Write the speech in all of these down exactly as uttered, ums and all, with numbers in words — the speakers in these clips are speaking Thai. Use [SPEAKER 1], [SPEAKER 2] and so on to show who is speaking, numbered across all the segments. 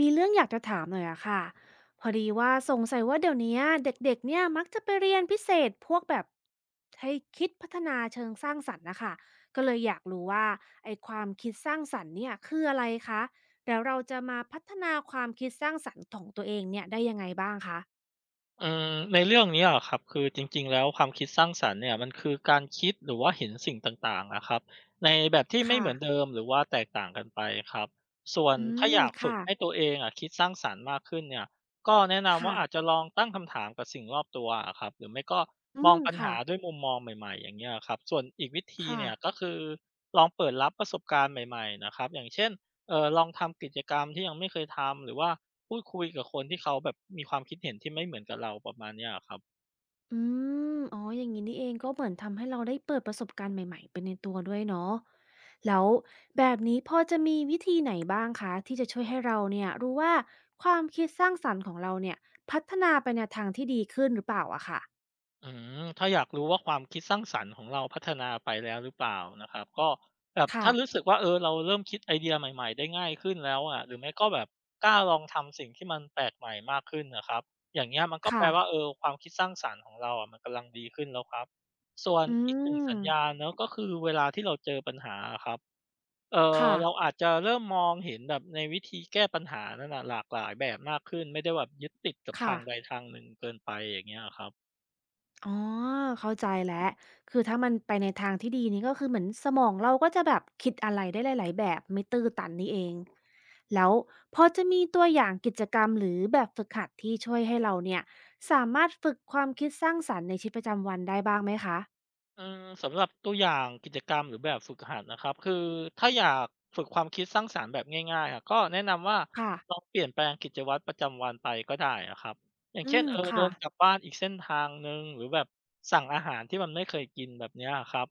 [SPEAKER 1] มีเรื่องอยากจะถามหน่อยอะค่ะ พอดีว่าสงสัยว่าเดี๋ยวเนี้ยเด็กๆเนี่ยมักจะไปเรียนพิเศษพวกแบบให้คิดพัฒนาเชิงสร้างสรรค์นะคะ ก็เลยอยากรู้ว่าไอ้ความคิดสร้างสรรค์เนี่ยคืออะไรคะ แล้วเราจะมาพัฒนาความคิดสร้างสรรค์ของตัวเองเนี่ยได้ยังไงบ้างคะ
[SPEAKER 2] อืมในเรื่องนี้อะครับคือจริงๆแล้วความคิดสร้างสรรค์เนี่ยมันคือการคิดหรือว่าเห็นสิ่งต่างๆนะครับในแบบที่ไม่
[SPEAKER 1] ค่ะ
[SPEAKER 2] เหมือนเดิมหรือว่าแตกต่างกันไปครับส่วน
[SPEAKER 1] อื
[SPEAKER 2] ถ้า
[SPEAKER 1] ม
[SPEAKER 2] อยากฝึก
[SPEAKER 1] ค่ะ
[SPEAKER 2] ให้ตัวเองอะคิดสร้างสรรค์มากขึ้นเนี่ยก็แนะนำว่า
[SPEAKER 1] ค่ะ
[SPEAKER 2] อาจจะลองตั้งคำถามกับสิ่งรอบตัวอะครับหรือไม่ก็
[SPEAKER 1] อื
[SPEAKER 2] มอง
[SPEAKER 1] ม
[SPEAKER 2] ปัญหา
[SPEAKER 1] ค่ะ
[SPEAKER 2] ด้วยมุมมองใหม่ๆอย่างเงี้ยครับส่วนอีกวิธี
[SPEAKER 1] ค่ะ
[SPEAKER 2] เนี่ยก็คือลองเปิดรับประสบการณ์ใหม่ๆนะครับอย่างเช่นเออลองทำกิจกรรมที่ยังไม่เคยทำหรือว่า พูดคุยกับคนที่เขาแบบมีความคิดเห็นที่ไม่เหมือนกับเราประมาณเนี้ยอะครับ
[SPEAKER 1] อืมอ๋ออย่างงี้นี่เองก็เหมือนทำให้เราได้เปิดประสบการณ์ใหม่ๆไปในตัวด้วยเนาะแล้วแบบนี้พอจะมีวิธีไหนบ้างคะที่จะช่วยให้เราเนี่ยรู้ว่าความคิดสร้างสรรค์ของเราเนี่ยพัฒนาไปในทางที่ดีขึ้นหรือเปล่าอะค่ะ
[SPEAKER 2] อืมถ้าอยากรู้ว่าความคิดสร้างสรรค์ของเราพัฒนาไปแล้วหรือเปล่านะครับก็แบบ
[SPEAKER 1] ค่ะ
[SPEAKER 2] ถ้ารู้สึกว่าเออเราเริ่มคิดไอเดียใหม่ๆได้ง่ายขึ้นแล้วอะหรือไม่ก็แบบกล้าลองทำสิ่งที่มันแปลกใหม่มากขึ้นน่ะครับอย่างเงี้ยมันก็แป
[SPEAKER 1] ค่ะ
[SPEAKER 2] ลว่าเออความคิดสร้างสรรค์ของเราอะมันกำลังดีขึ้นแล้วครับส่วน
[SPEAKER 1] อื
[SPEAKER 2] อีกหนึ่ง
[SPEAKER 1] ม
[SPEAKER 2] สัญญาณเนาะก็คือเวลาที่เราเจอปัญหาอะครับ เอ่อ
[SPEAKER 1] ค่ะ
[SPEAKER 2] เราอาจจะเริ่มมองเห็นแบบในวิธีแก้ปัญหานั่นน่ะหลากหลายแบบมากขึ้นไม่ได้แบบยึดติดกับ
[SPEAKER 1] ค่ะ
[SPEAKER 2] ทางใดทางหนึ่งเกินไปอย่างเงี้ยอะครับ
[SPEAKER 1] อ๋อเข้าใจแล้วคือถ้ามันไปในทางที่ดีนี่ก็คือเหมือนสมองเราก็จะแบบคิดอะไรได้หลายๆแบบไม่ตื้อตันนี่เองแล้วพอจะมีตัวอย่างกิจกรรมหรือแบบฝึกหัดที่ช่วยให้เราเนี่ยสามารถฝึกความคิดสร้างสรรค์ในชีวิตประจำวันได้บ้างไหมคะ
[SPEAKER 2] อืมสำหรับตัวอย่างกิจกรรมหรือแบบฝึกหัดนะครับคือถ้าอยากฝึกความคิดสร้างสรรค์แบบง่ายๆอะก็แนะนำว่า
[SPEAKER 1] ค่ะ
[SPEAKER 2] ลองเปลี่ยนแปลงกิจวัตรประจำวันไปก็ได้อะครับอย่าง
[SPEAKER 1] อื
[SPEAKER 2] เช่น
[SPEAKER 1] ม
[SPEAKER 2] เออเดิ
[SPEAKER 1] ค่ะ
[SPEAKER 2] นกลับบ้านอีกเส้นทางหนึ่งหรือแบบสั่งอาหารที่มันไม่เคยกินแบบเนี้ยครับ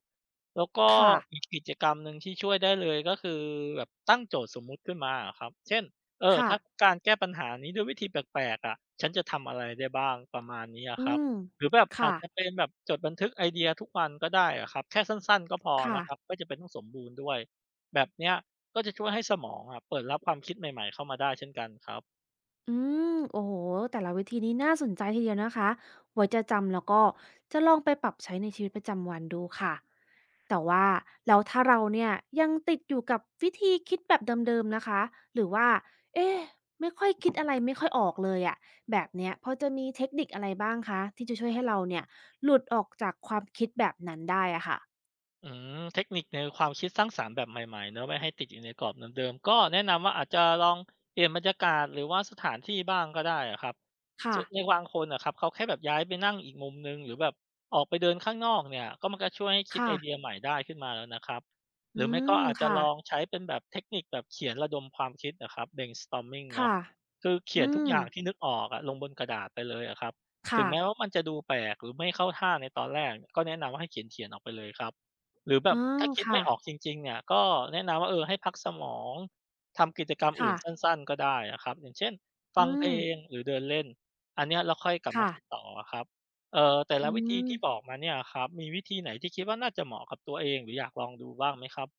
[SPEAKER 2] แล้วก็
[SPEAKER 1] ค่ะ
[SPEAKER 2] อีกกิจกรรมหนึ่งที่ช่วยได้เลยก็คือแบบตั้งโจทย์สมมุติขึ้นมาอะครับเช่นเออ
[SPEAKER 1] ค่ะ
[SPEAKER 2] ถ้าการแก้ปัญหานี้ด้วยวิธีแปลกๆอะฉันจะทำอะไรได้บ้างประมาณนี้อะ
[SPEAKER 1] อื
[SPEAKER 2] ครับ
[SPEAKER 1] ม
[SPEAKER 2] หรือแบบอาจ
[SPEAKER 1] ค่ะ
[SPEAKER 2] จะเป็นแบบจดบันทึกไอเดียทุกวันก็ได้อะครับแค่สั้นๆก็พอ
[SPEAKER 1] ค่ะ
[SPEAKER 2] นะครับไม่จำเป็นต้องสมบูรณ์ด้วยแบบเนี้ยก็จะช่วยให้สมองอะเปิดรับความคิดใหม่ๆเข้ามาได้เช่นกันครับ
[SPEAKER 1] อืมโอ้โหแต่ละวิธีนี้น่าสนใจทีเดียวนะคะไว้จะจำแล้วก็จะลองไปปรับใช้ในชีวิตประจำวันดูค่ะแต่ว่าแล้วถ้าเราเนี่ยยังติดอยู่กับวิธีคิดแบบเดิมๆนะคะหรือว่าเอ๊ะไม่ค่อยคิดอะไรไม่ค่อยออกเลยอะแบบเนี้ยพอจะมีเทคนิคอะไรบ้างคะที่จะช่วยให้เราเนี่ยหลุดออกจากความคิดแบบนั้นได้อะค่ะ
[SPEAKER 2] อืมเทคนิคในความคิดสร้างสรรค์แบบใหม่ๆเนาะไม่ให้ติดอยู่ในกรอบเดิมๆก็แนะนำว่าอาจจะลองเปลี่ยนบรรยากาศหรือว่าสถานที่บ้างก็ได้อะครับ
[SPEAKER 1] ค่ะ
[SPEAKER 2] สุในบางคนนะครับเขาแค่แบบย้ายไปนั่งอีกมุมหนึ่งหรือแบบออกไปเดินข้างนอกเนี่ยก็มันก็ช่วยให้คิดไอ
[SPEAKER 1] ค่ะ
[SPEAKER 2] เดียใหม่ได้ขึ้นมาแล้วนะครับห
[SPEAKER 1] อื
[SPEAKER 2] รือไม่ก็
[SPEAKER 1] ม
[SPEAKER 2] อาจจะ
[SPEAKER 1] ค่ะ
[SPEAKER 2] ลองใช้เป็นแบบเทคนิคแบบเขียนระดมความคิดอะครับ เบรนสตอร์มมิ่ง เนาะ
[SPEAKER 1] ค่ะ
[SPEAKER 2] คือเขี
[SPEAKER 1] อื
[SPEAKER 2] ยนทุก
[SPEAKER 1] ม
[SPEAKER 2] อย่างที่นึกออกอะลงบนกระดาษไปเลยอะครับถึง
[SPEAKER 1] ค่ะ
[SPEAKER 2] แม้ว่ามันจะดูแปลกหรือไม่เข้าท่าในตอนแรกก็แนะนำว่าให้เขียนเขียนออกไปเลยครับ หรือแบ
[SPEAKER 1] อื
[SPEAKER 2] บ
[SPEAKER 1] ม
[SPEAKER 2] ถ้าคิดไม่
[SPEAKER 1] ค่ะ
[SPEAKER 2] ออกจริงๆเนี่ยก็แนะนำว่าเออให้พักสมองทำกิจกรรมอื่
[SPEAKER 1] ค่ะ
[SPEAKER 2] นสั้นๆก็ได้อะครับอย่างเช่นฟัง
[SPEAKER 1] อื
[SPEAKER 2] เพล
[SPEAKER 1] ม
[SPEAKER 2] งหรือเดินเล่นอันเนี้ยเราค่อยกลับมา
[SPEAKER 1] ค่ะ
[SPEAKER 2] คิดต่ออะครับเอ่อแต่
[SPEAKER 1] อื
[SPEAKER 2] ละวิธีที่บอ
[SPEAKER 1] ม
[SPEAKER 2] กมาเนี่ยอะครับมีวิธีไหนที่คิดว่าน่าจะเหมาะกับตัวเองหรืออยากลองดูบ้างไหมครับ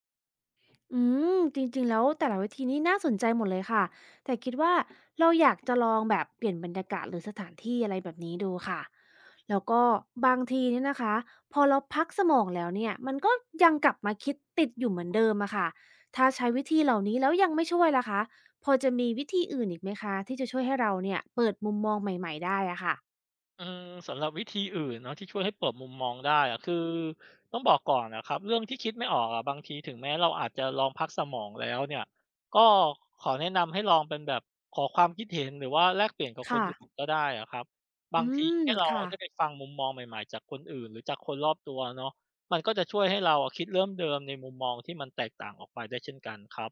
[SPEAKER 1] อืมจริงๆแล้วแต่ละวิธีนี้น่าสนใจหมดเลยค่ะ แต่คิดว่าเราอยากจะลองแบบเปลี่ยนบรรยากาศหรือสถานที่อะไรแบบนี้ดูค่ะแล้วก็บางทีเนี่ยนะคะพอเราพักสมองแล้วเนี่ยมันก็ยังกลับมาคิดติดอยู่เหมือนเดิมอะค่ะถ้าใช้วิธีเหล่านี้แล้วยังไม่ช่วยล่ะคะพอจะมีวิธีอื่นอีกไหมคะที่จะช่วยให้เราเนี่ยเปิดมุมมองใหม่ๆได้อะค่ะ
[SPEAKER 2] อืมสำหรับวิธีอื่นเนาะที่ช่วยให้เปิดมุมมองได้อะคือต้องบอกก่อนนะครับเรื่องที่คิดไม่ออกอะบางทีถึงแม้เราอาจจะลองพักสมองแล้วเนี่ยก็ขอแนะนำให้ลองเป็นแบบขอความคิดเห็นหรือว่าแลกเปลี่ยนกับคน
[SPEAKER 1] ค่ะ
[SPEAKER 2] อื่นก็ได้อะครับบา
[SPEAKER 1] อื
[SPEAKER 2] งที
[SPEAKER 1] ม
[SPEAKER 2] แค่เรา
[SPEAKER 1] ค่ะ
[SPEAKER 2] ได้ไปฟังมุมมองใหม่ๆจากคนอื่นหรือจากคนรอบตัวเนาะมันก็จะช่วยให้เราอะคิดเริ่มเดิมในมุมมองที่มันแตกต่างออกไปได้เช่นกันครับ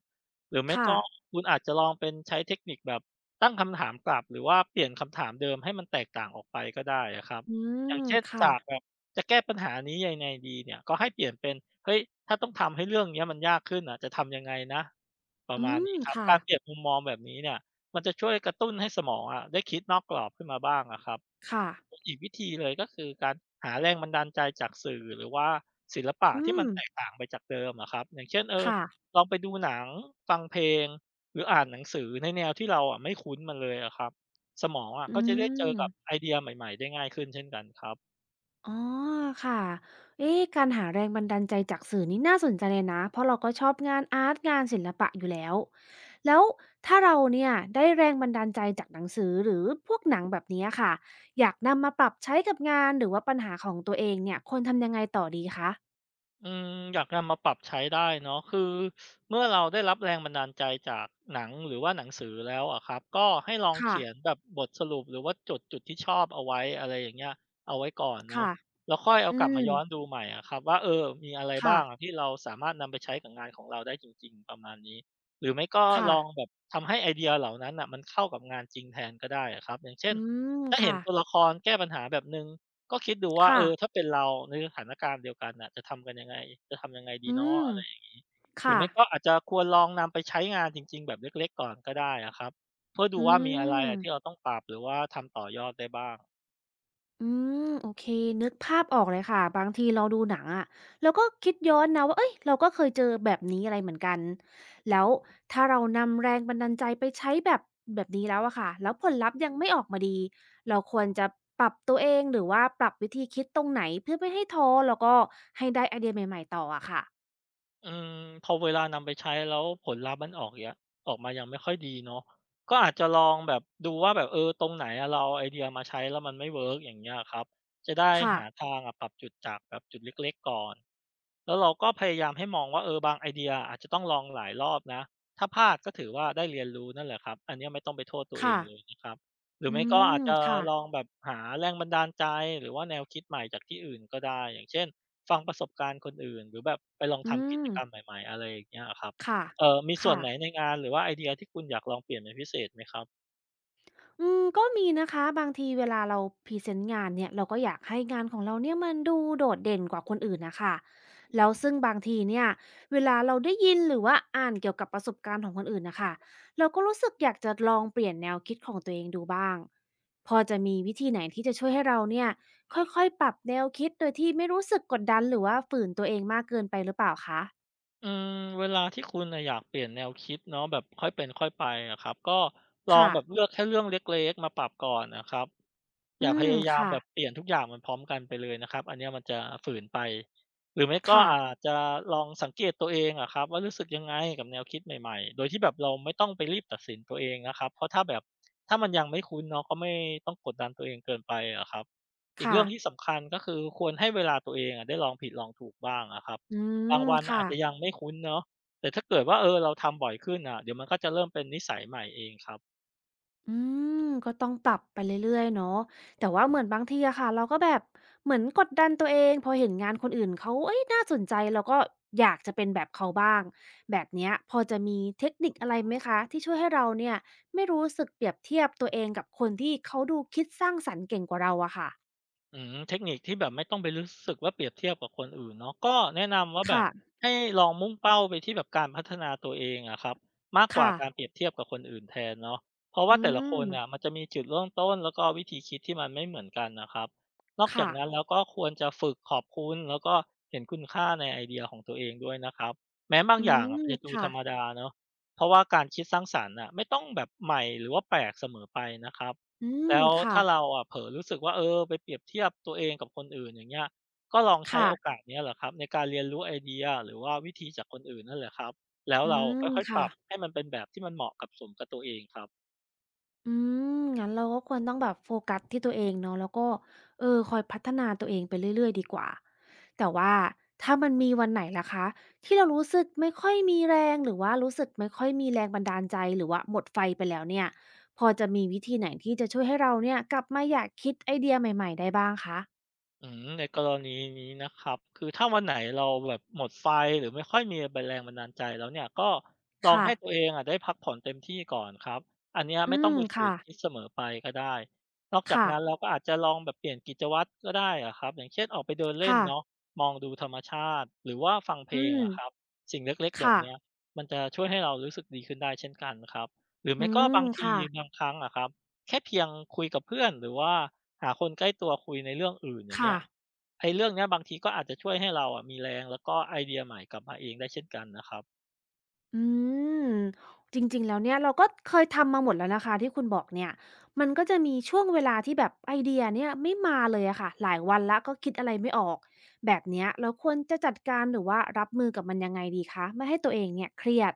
[SPEAKER 2] หรือไม่
[SPEAKER 1] ค่ะ
[SPEAKER 2] ก็คุณอาจจะลองเป็นใช้เทคนิคแบบตั้งคำถามกลับหรือว่าเปลี่ยนคำถามเดิมให้มันแตกต่างออกไปก็ได้อะครับ
[SPEAKER 1] อื
[SPEAKER 2] อย่าง
[SPEAKER 1] ม
[SPEAKER 2] เช่น
[SPEAKER 1] ค่ะ
[SPEAKER 2] จากแบบจะแก้ปัญหานี้ยังไงดีเนี่ยก็ให้เปลี่ยนเป็นเฮ้ยถ้าต้องทำให้เรื่องเนี้ยมันยากขึ้นอะจะทำยังไงนะประ
[SPEAKER 1] อื
[SPEAKER 2] มาณ
[SPEAKER 1] ม
[SPEAKER 2] นี้ครับ
[SPEAKER 1] ค่ะ
[SPEAKER 2] การเปลี่ยนมุมมองแบบนี้เนี่ยมันจะช่วยกระตุ้นให้สมองอะได้คิดนอกกรอบขึ้นมาบ้างอะครับ
[SPEAKER 1] ค่ะ
[SPEAKER 2] อีกวิธีเลยก็คือการหาแรงบันดาลใจจากสื่อหรือว่าศิลปะ
[SPEAKER 1] อื
[SPEAKER 2] ที่มั
[SPEAKER 1] ม
[SPEAKER 2] นแตกต่างไปจากเดิมอะครับอย่างเช่นเออ
[SPEAKER 1] ค่ะ
[SPEAKER 2] ลองไปดูหนังฟังเพลงหรืออ่านหนังสือในแนวที่เราอะไม่คุ้นมันเลยอะครับสมองอะ
[SPEAKER 1] อื
[SPEAKER 2] ก็จะได้เจอ
[SPEAKER 1] ม
[SPEAKER 2] กับไอเดียใหม่ๆได้ง่ายขึ้นเช่นกันครับ
[SPEAKER 1] อ๋อค่ะเอ๊ะการหาแรงบันดาลใจจากสื่อนี่น่าสนใจเลยนะ เพราะเราก็ชอบงานอาร์ตงานศิลปะอยู่แล้ว แล้วถ้าเราเนี่ยได้แรงบันดาลใจจากหนังสือหรือพวกหนังแบบนี้ค่ะ อยากนำมาปรับใช้กับงานหรือว่าปัญหาของตัวเองเนี่ยควรทำยังไงต่อดีคะ
[SPEAKER 2] อืมอยากนำมาปรับใช้ได้เนาะคือเมื่อเราได้รับแรงบันดาลใจจากหนังหรือว่าหนังสือแล้วอะครับก็ให้ลอง
[SPEAKER 1] ค่ะ
[SPEAKER 2] เขียนแบบบทสรุปหรือว่าจดจุดที่ชอบเอาไว้อะไรอย่างเงี้ยเอาไว้ก่อนเนาะ
[SPEAKER 1] ค่ะ
[SPEAKER 2] แล้วค่อยเอา
[SPEAKER 1] อื
[SPEAKER 2] กลับ
[SPEAKER 1] ม
[SPEAKER 2] มาย้อนดูใหม่อะครับว่าเออมีอะไร
[SPEAKER 1] ค่ะ
[SPEAKER 2] บ้างอะที่เราสามารถนำไปใช้กับงานของเราได้จริงๆประมาณนี้หรือไม่ก็
[SPEAKER 1] ค่ะ
[SPEAKER 2] ลองแบบทำให้ไอเดียเหล่านั้นอ่ะมันเข้ากับงานจริงแทนก็ได้อะครับอย่างเช่
[SPEAKER 1] อื
[SPEAKER 2] น
[SPEAKER 1] ม
[SPEAKER 2] ถ้าเห็น
[SPEAKER 1] ค่ะ
[SPEAKER 2] ตัวละครแก้ปัญหาแบบนึง ก็คิดดูว่าเอ
[SPEAKER 1] ค่ะ
[SPEAKER 2] อถ้าเป็นเราในสถานการณ์เดียวกันน่ะจะทำกันยังไงจะทำยังไงดี
[SPEAKER 1] อื
[SPEAKER 2] เนาะ
[SPEAKER 1] ม
[SPEAKER 2] อะไรอย่างงี้หรือ
[SPEAKER 1] ค่ะ
[SPEAKER 2] ไม่ก็อาจจะควรลองนำไปใช้งานจริงๆแบบเล็กๆก่อนก็ได้อะครับเพื่อดู
[SPEAKER 1] อื
[SPEAKER 2] ว่ามีอะไร
[SPEAKER 1] ม
[SPEAKER 2] อะที่เราต้องปรับหรือว่าทำต่อยอดได้บ้าง
[SPEAKER 1] อืมโอเคนึกภาพออกเลยค่ะบางทีเราดูหนังอะเราก็คิดย้อนนะว่าเอ้ยเราก็เคยเจอแบบนี้อะไรเหมือนกันแล้วถ้าเรานำแรงบันดาลใจไปใช้แบบแบบนี้แล้วอะค่ะแล้วผลลัพธ์ยังไม่ออกมาดีเราควรจะปรับตัวเองหรือว่าปรับวิธีคิดตรงไหนเพื่อไม่ให้ท้อแล้วก็ให้ได้ไอเดียใหม่ๆต่ออะค่ะ
[SPEAKER 2] อืมพอเวลานำไปใช้แล้วผลลัพธ์มันออกเงี้ยออกมายังไม่ค่อยดีเนาะก็อาจจะลองแบบดูว่าแบบเออตรงไหนอะเราเอาไอเดียมาใช้แล้วมันไม่เวิร์กอย่างเงี้ยครับจะได้หา
[SPEAKER 1] ค่ะ
[SPEAKER 2] ทางอะปรับจุดจากแบบจุดเล็กๆก่อนแล้วเราก็พยายามให้มองว่าเออบางไอเดียอาจจะต้องลองหลายรอบนะถ้าพลาดก็ถือว่าได้เรียนรู้นั่นแหละครับอันเนี้ยไม่ต้องไปโทษตัวเอง
[SPEAKER 1] ค่ะ
[SPEAKER 2] เลยนะครับหรือ
[SPEAKER 1] อื
[SPEAKER 2] ไม่ก็อา
[SPEAKER 1] ม
[SPEAKER 2] จจะ
[SPEAKER 1] ค่ะ
[SPEAKER 2] ลองแบบหาแรงบันดาลใจหรือว่าแนวคิดใหม่จากที่อื่นก็ได้อย่างเช่น ฟังประสบการณ์คนอื่นหรือแบบไปลอง
[SPEAKER 1] อื
[SPEAKER 2] ทำกิจ
[SPEAKER 1] ม
[SPEAKER 2] กรรมใหม่ๆอะไรอย่างเงี้ยอะครับ
[SPEAKER 1] ค่ะ
[SPEAKER 2] เอ่อมีส่วน
[SPEAKER 1] ค่ะ
[SPEAKER 2] ไหนในงานหรือว่าไอเดียที่คุณอยากลองเปลี่ยนเป็นพิเศษไหมครับ
[SPEAKER 1] อืมก็มีนะคะบางทีเวลาเราพรีเซนต์งานเนี่ยเราก็อยากให้งานของเราเนี่ยมันดูโดดเด่นกว่าคนอื่นนะคะแล้วซึ่งบางทีเนี่ยเวลาเราได้ยินหรือว่าอ่านเกี่ยวกับประสบการณ์ของคนอื่นนะคะเราก็รู้สึกอยากจะลองเปลี่ยนแนวคิดของตัวเองดูบ้างพอจะมีวิธีไหนที่จะช่วยให้เราเนี่ยค่อยๆปรับแนวคิดโดยที่ไม่รู้สึกกดดันหรือว่าฝืนตัวเองมากเกินไปหรือเปล่าคะ
[SPEAKER 2] อืมเวลาที่คุณน่ะอยากเปลี่ยนแนวคิดเนาะแบบค่อยเป็นค่อยไปอะครับก็ลอง
[SPEAKER 1] ค่ะ
[SPEAKER 2] แบบเลือกแค่เรื่องเล็กๆมาปรับก่อนนะครับอ
[SPEAKER 1] อื
[SPEAKER 2] ย่าพ
[SPEAKER 1] ม
[SPEAKER 2] ยายาม
[SPEAKER 1] ค่ะ
[SPEAKER 2] แบบเปลี่ยนทุกอย่างมันพร้อมกันไปเลยนะครับอันเนี้ยมันจะฝืนไปหรือไม่ก็อา
[SPEAKER 1] ค่ะ
[SPEAKER 2] จจะลองสังเกตตัวเองอะครับว่ารู้สึกยังไงกับแนวคิดใหม่ๆโดยที่แบบเราไม่ต้องไปรีบตัดสินตัวเองนะครับเพราะถ้าแบบถ้ามันยังไม่คุ้นเนาะก็ไม่ต้องกดดันตัวเองเกินไปอะครับอีก
[SPEAKER 1] ค่ะ
[SPEAKER 2] เรื่องที่สำคัญก็คือควรให้เวลาตัวเองอะได้ลองผิดลองถูกบ้างอะครับ
[SPEAKER 1] อื
[SPEAKER 2] บาง
[SPEAKER 1] ม
[SPEAKER 2] วันอา
[SPEAKER 1] ค่ะ
[SPEAKER 2] จจะยังไม่คุ้นเนาะแต่ถ้าเกิดว่าเออเราทำบ่อยขึ้นน่ะเดี๋ยวมันก็จะเริ่มเป็นนิสัยใหม่เองครับ
[SPEAKER 1] อืมก็ต้องปรับไปเรื่อยๆเนาะแต่ว่าเหมือนบางทีอะค่ะเราก็แบบเหมือนกดดันตัวเองพอเห็นงานคนอื่นเขาเอ้ยน่าสนใจเราก็อยากจะเป็นแบบเขาบ้างแบบเนี้ยพอจะมีเทคนิคอะไรไหมคะที่ช่วยให้เราเนี่ยไม่รู้สึกเปรียบเทียบตัวเองกับคนที่เขาดูคิดสร้างสรรค์เก่งกว่าเราอะค่ะ
[SPEAKER 2] อืมเทคนิคที่แบบไม่ต้องไปรู้สึกว่าเปรียบเทียบกับคนอื่นเนาะก็แนะนำว่าแบบ
[SPEAKER 1] ค่ะ
[SPEAKER 2] ให้ลองมุ่งเป้าไปที่แบบการพัฒนาตัวเองอะครับมากกว่า
[SPEAKER 1] ค่ะ
[SPEAKER 2] การเปรียบเทียบกับคนอื่นแทนเนาะเพราะ
[SPEAKER 1] อื
[SPEAKER 2] ว่าแต่ละคน
[SPEAKER 1] ม
[SPEAKER 2] น่ะมันจะมีจุดเริ่มต้นแล้วก็วิธีคิดที่มันไม่เหมือนกันนะครับนอกจาก
[SPEAKER 1] ค่ะ
[SPEAKER 2] นั้นแล้วก็ควรจะฝึกขอบคุณแล้วก็เห็นคุณค่าในไอเดียของตัวเองด้วยนะครับแม้บาง
[SPEAKER 1] อื
[SPEAKER 2] อย่างอะ
[SPEAKER 1] ม
[SPEAKER 2] มันจะดูธ
[SPEAKER 1] ค่ะ
[SPEAKER 2] รรมดาเนาะเพราะว่าการคิดสร้างสรรค์อะไม่ต้องแบบใหม่หรือว่าแปลกเสมอไปนะครับ
[SPEAKER 1] อืม
[SPEAKER 2] แล้ว
[SPEAKER 1] ค่ะ
[SPEAKER 2] ถ้าเราอะเผลอรู้สึกว่าเออไปเปรียบเทียบตัวเองกับคนอื่นอย่างเงี้ยก็ลองใช้โอ
[SPEAKER 1] ค่ะ
[SPEAKER 2] กาสเนี้ยแหละครับในการเรียนรู้ไอเดียหรือว่าวิธีจากคนอื่นนั่นแหละครับแล้ว
[SPEAKER 1] อื
[SPEAKER 2] เรา
[SPEAKER 1] ม
[SPEAKER 2] ค่อยๆป
[SPEAKER 1] ค่ะ
[SPEAKER 2] รับให้มันเป็นแบบที่มันเหมาะกับสมกับตัวเองครับ
[SPEAKER 1] อืม งั้นเราก็ควรต้องแบบโฟกัสที่ตัวเองเนาะแล้วก็เออคอยพัฒนาตัวเองไปเรื่อยๆดีกว่าแต่ว่าถ้ามันมีวันไหนล่ะคะที่เรารู้สึกไม่ค่อยมีแรงหรือว่ารู้สึกไม่ค่อยมีแรงบันดาลใจหรือว่าหมดไฟไปแล้วเนี่ยพอจะมีวิธีไหนที่จะช่วยให้เราเนี่ยกลับมาอยากคิดไอเดียใหม่ๆได้บ้างคะ
[SPEAKER 2] อืมในกรณีนี้นะครับคือถ้าวันไหนเราแบบหมดไฟหรือไม่ค่อยมีแบรงบันดาลใจแล้วเนี่ยก็ลอง
[SPEAKER 1] ค่ะ
[SPEAKER 2] ให้ตัวเองอะได้พักผ่อนเต็มที่ก่อนครับอันเนี้ย
[SPEAKER 1] อื
[SPEAKER 2] ไม่ต้อง
[SPEAKER 1] ม
[SPEAKER 2] ไปฝื
[SPEAKER 1] ค่ะ
[SPEAKER 2] นคิดเสมอไปก็ได้นอกจาก
[SPEAKER 1] ค่ะ
[SPEAKER 2] นั้นเราก็อาจจะลองแบบเปลี่ยนกิจวัตรก็ได้อะครับอย่างเช่นออกไปเดินเล่น
[SPEAKER 1] ค่ะ
[SPEAKER 2] เนาะมองดูธรรมชาติหรือว่าฟังเพ
[SPEAKER 1] อื
[SPEAKER 2] ลง
[SPEAKER 1] ม
[SPEAKER 2] อะครับสิ่งเล็กๆแบบ
[SPEAKER 1] ค่ะ
[SPEAKER 2] เนี้ยมันจะช่วยให้เรารู้สึกดีขึ้นได้เช่นกันครับหรือ
[SPEAKER 1] อื
[SPEAKER 2] ไม่ก็
[SPEAKER 1] ม
[SPEAKER 2] บางที
[SPEAKER 1] ค่ะ
[SPEAKER 2] บางครั้งอะครับ แค่เพียงคุยกับเพื่อนหรือว่าหาคนใกล้ตัวคุยในเรื่องอื่นอย่างเงี้
[SPEAKER 1] ค่ะ
[SPEAKER 2] ยไอ้เรื่องเนี้ยบางทีก็อาจจะช่วยให้เราอะมีแรงแล้วก็ไอเดียใหม่กลับมาเองได้เช่นกันนะครับ
[SPEAKER 1] อืมจริงๆแล้วเนี่ยเราก็เคยทำมาหมดแล้วนะคะที่คุณบอกเนี่ยมันก็จะมีช่วงเวลาที่แบบไอเดียเนี่ยไม่มาเลยอะค่ะหลายวันแล้วก็คิดอะไรไม่ออกแบบเนี้ยเราควรจะจัดการหรือว่ารับมือกับมันยังไงดีคะไม่ให้ตัวเองเนี่ยเครียด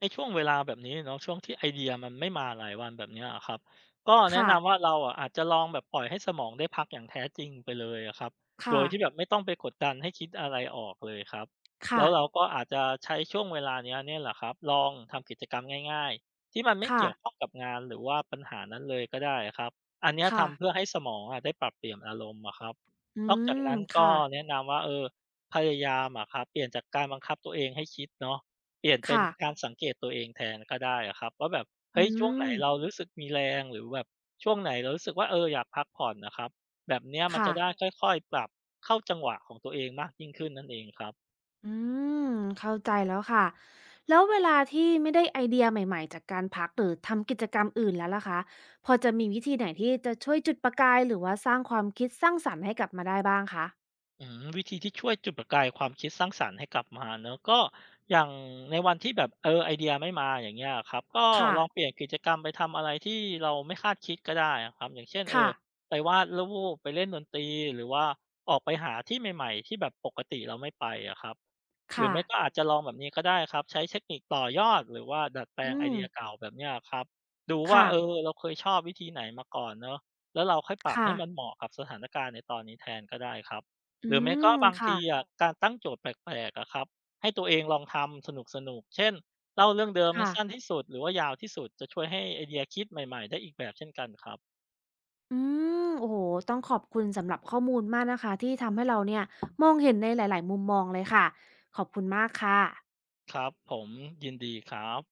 [SPEAKER 2] ในช่วงเวลาแบบนี้เนาะช่วงที่ไอเดียมันไม่มาหลายวันแบบเนี้ยอะครับก็แนะ
[SPEAKER 1] ค่ะ
[SPEAKER 2] นำว่าเราอะอาจจะลองแบบปล่อยให้สมองได้พักอย่างแท้จริงไปเลยอะครับโด
[SPEAKER 1] ค่ะ
[SPEAKER 2] ยที่แบบไม่ต้องไปกดดันให้คิดอะไรออกเลยครับแล้วเรา
[SPEAKER 1] ค่ะ
[SPEAKER 2] ก็อาจจะใช้ช่วงเวลาเนี้ยเนี่ยแหละครับลองทำกิจกรรมง่ายๆที่มันไม่
[SPEAKER 1] ค่ะ
[SPEAKER 2] เกี่ยวข้องกับงานหรือว่าปัญหานั้นเลยก็ได้อครับอันเนี้ยทำเพื่อ
[SPEAKER 1] ค่ะ
[SPEAKER 2] ให้สมองอะได้ปรับเปลี่ยนอารมณ์อะครับ
[SPEAKER 1] อื
[SPEAKER 2] นอกจาก
[SPEAKER 1] ม
[SPEAKER 2] นั้นก็
[SPEAKER 1] ค่ะ
[SPEAKER 2] แนะนำว่าเออพยายามอะครับเปลี่ยนจากการบังคับตัวเองให้คิดเนาะ เปลี่ยนเป็น
[SPEAKER 1] ค่ะ
[SPEAKER 2] การสังเกตตัวเองแทนก็ได้อะครับว่าแบบ
[SPEAKER 1] อื
[SPEAKER 2] เฮ้ยช่วงไหน
[SPEAKER 1] ม
[SPEAKER 2] เรารู้สึกมีแรงหรือแบบช่วงไหนเรารู้สึกว่าเอออยากพักผ่อนน่ะครับแบบเนี้ยมัน
[SPEAKER 1] ค่ะ
[SPEAKER 2] จะได้ค่อยๆปรับเข้าจังหวะของตัวเองมากยิ่งขึ้นนั่นเองครับ
[SPEAKER 1] อืมเข้าใจแล้วค่ะแล้วเวลาที่ไม่ได้ไอเดียใหม่ๆจากการพักหรือทำกิจกรรมอื่นแล้วล่ะคะพอจะมีวิธีไหนที่จะช่วยจุดประกายหรือว่าสร้างความคิดสร้างสรรค์ให้กลับมาได้บ้างคะ
[SPEAKER 2] อืมวิธีที่ช่วยจุดประกายความคิดสร้างสรรค์ให้กลับมาเนาะก็อย่างในวันที่แบบเออไอเดียไม่มาอย่างเงี้ยอะครับก็
[SPEAKER 1] ค่ะ
[SPEAKER 2] ลองเปลี่ยนกิจกรรมไปทำอะไรที่เราไม่คาดคิดก็ได้อะครับอย่างเช่นเอ
[SPEAKER 1] ค่ะ
[SPEAKER 2] อไปวาดรูปไปเล่นดนตรีหรือว่าออกไปหาที่ใหม่ๆที่แบบปกติเราไม่ไปอะครับ หรือ
[SPEAKER 1] ค่ะ
[SPEAKER 2] ไม่ก็อาจจะลองแบบนี้ก็ได้ครับใช้เทคนิคต่อยอดหรือว่าดัดแปลง
[SPEAKER 1] อื
[SPEAKER 2] ไอ
[SPEAKER 1] ม
[SPEAKER 2] เดียเก่าแบบเนี้ยครับดูว่า
[SPEAKER 1] ค่ะ
[SPEAKER 2] เออเราเคยชอบวิธีไหนมาก่อนเนาะแล้วเราค่อยปรับ
[SPEAKER 1] ค่ะ
[SPEAKER 2] ให้มันเหมาะกับสถานการณ์ในตอนนี้แทนก็ได้ครับ
[SPEAKER 1] อื
[SPEAKER 2] หรือไม่
[SPEAKER 1] ม
[SPEAKER 2] ก็บาง
[SPEAKER 1] ค่ะ
[SPEAKER 2] ทีอะการตั้งโจทย์แปลกๆอะครับให้ตัวเองลองทำสนุกๆเช่นเล่าเรื่องเดิมให้
[SPEAKER 1] ค่ะ
[SPEAKER 2] สั้นที่สุดหรือว่ายาวที่สุดจะช่วยให้ไอเดียคิดใหม่ๆได้อีกแบบเช่นกันครับ
[SPEAKER 1] อืมโอ้โหต้องขอบคุณสำหรับข้อมูลมากนะคะที่ทำให้เราเนี่ยมองเห็นในหลายๆมุมมองเลยค่ะขอบคุณมากค่ะ
[SPEAKER 2] ครับผมยินดีครับ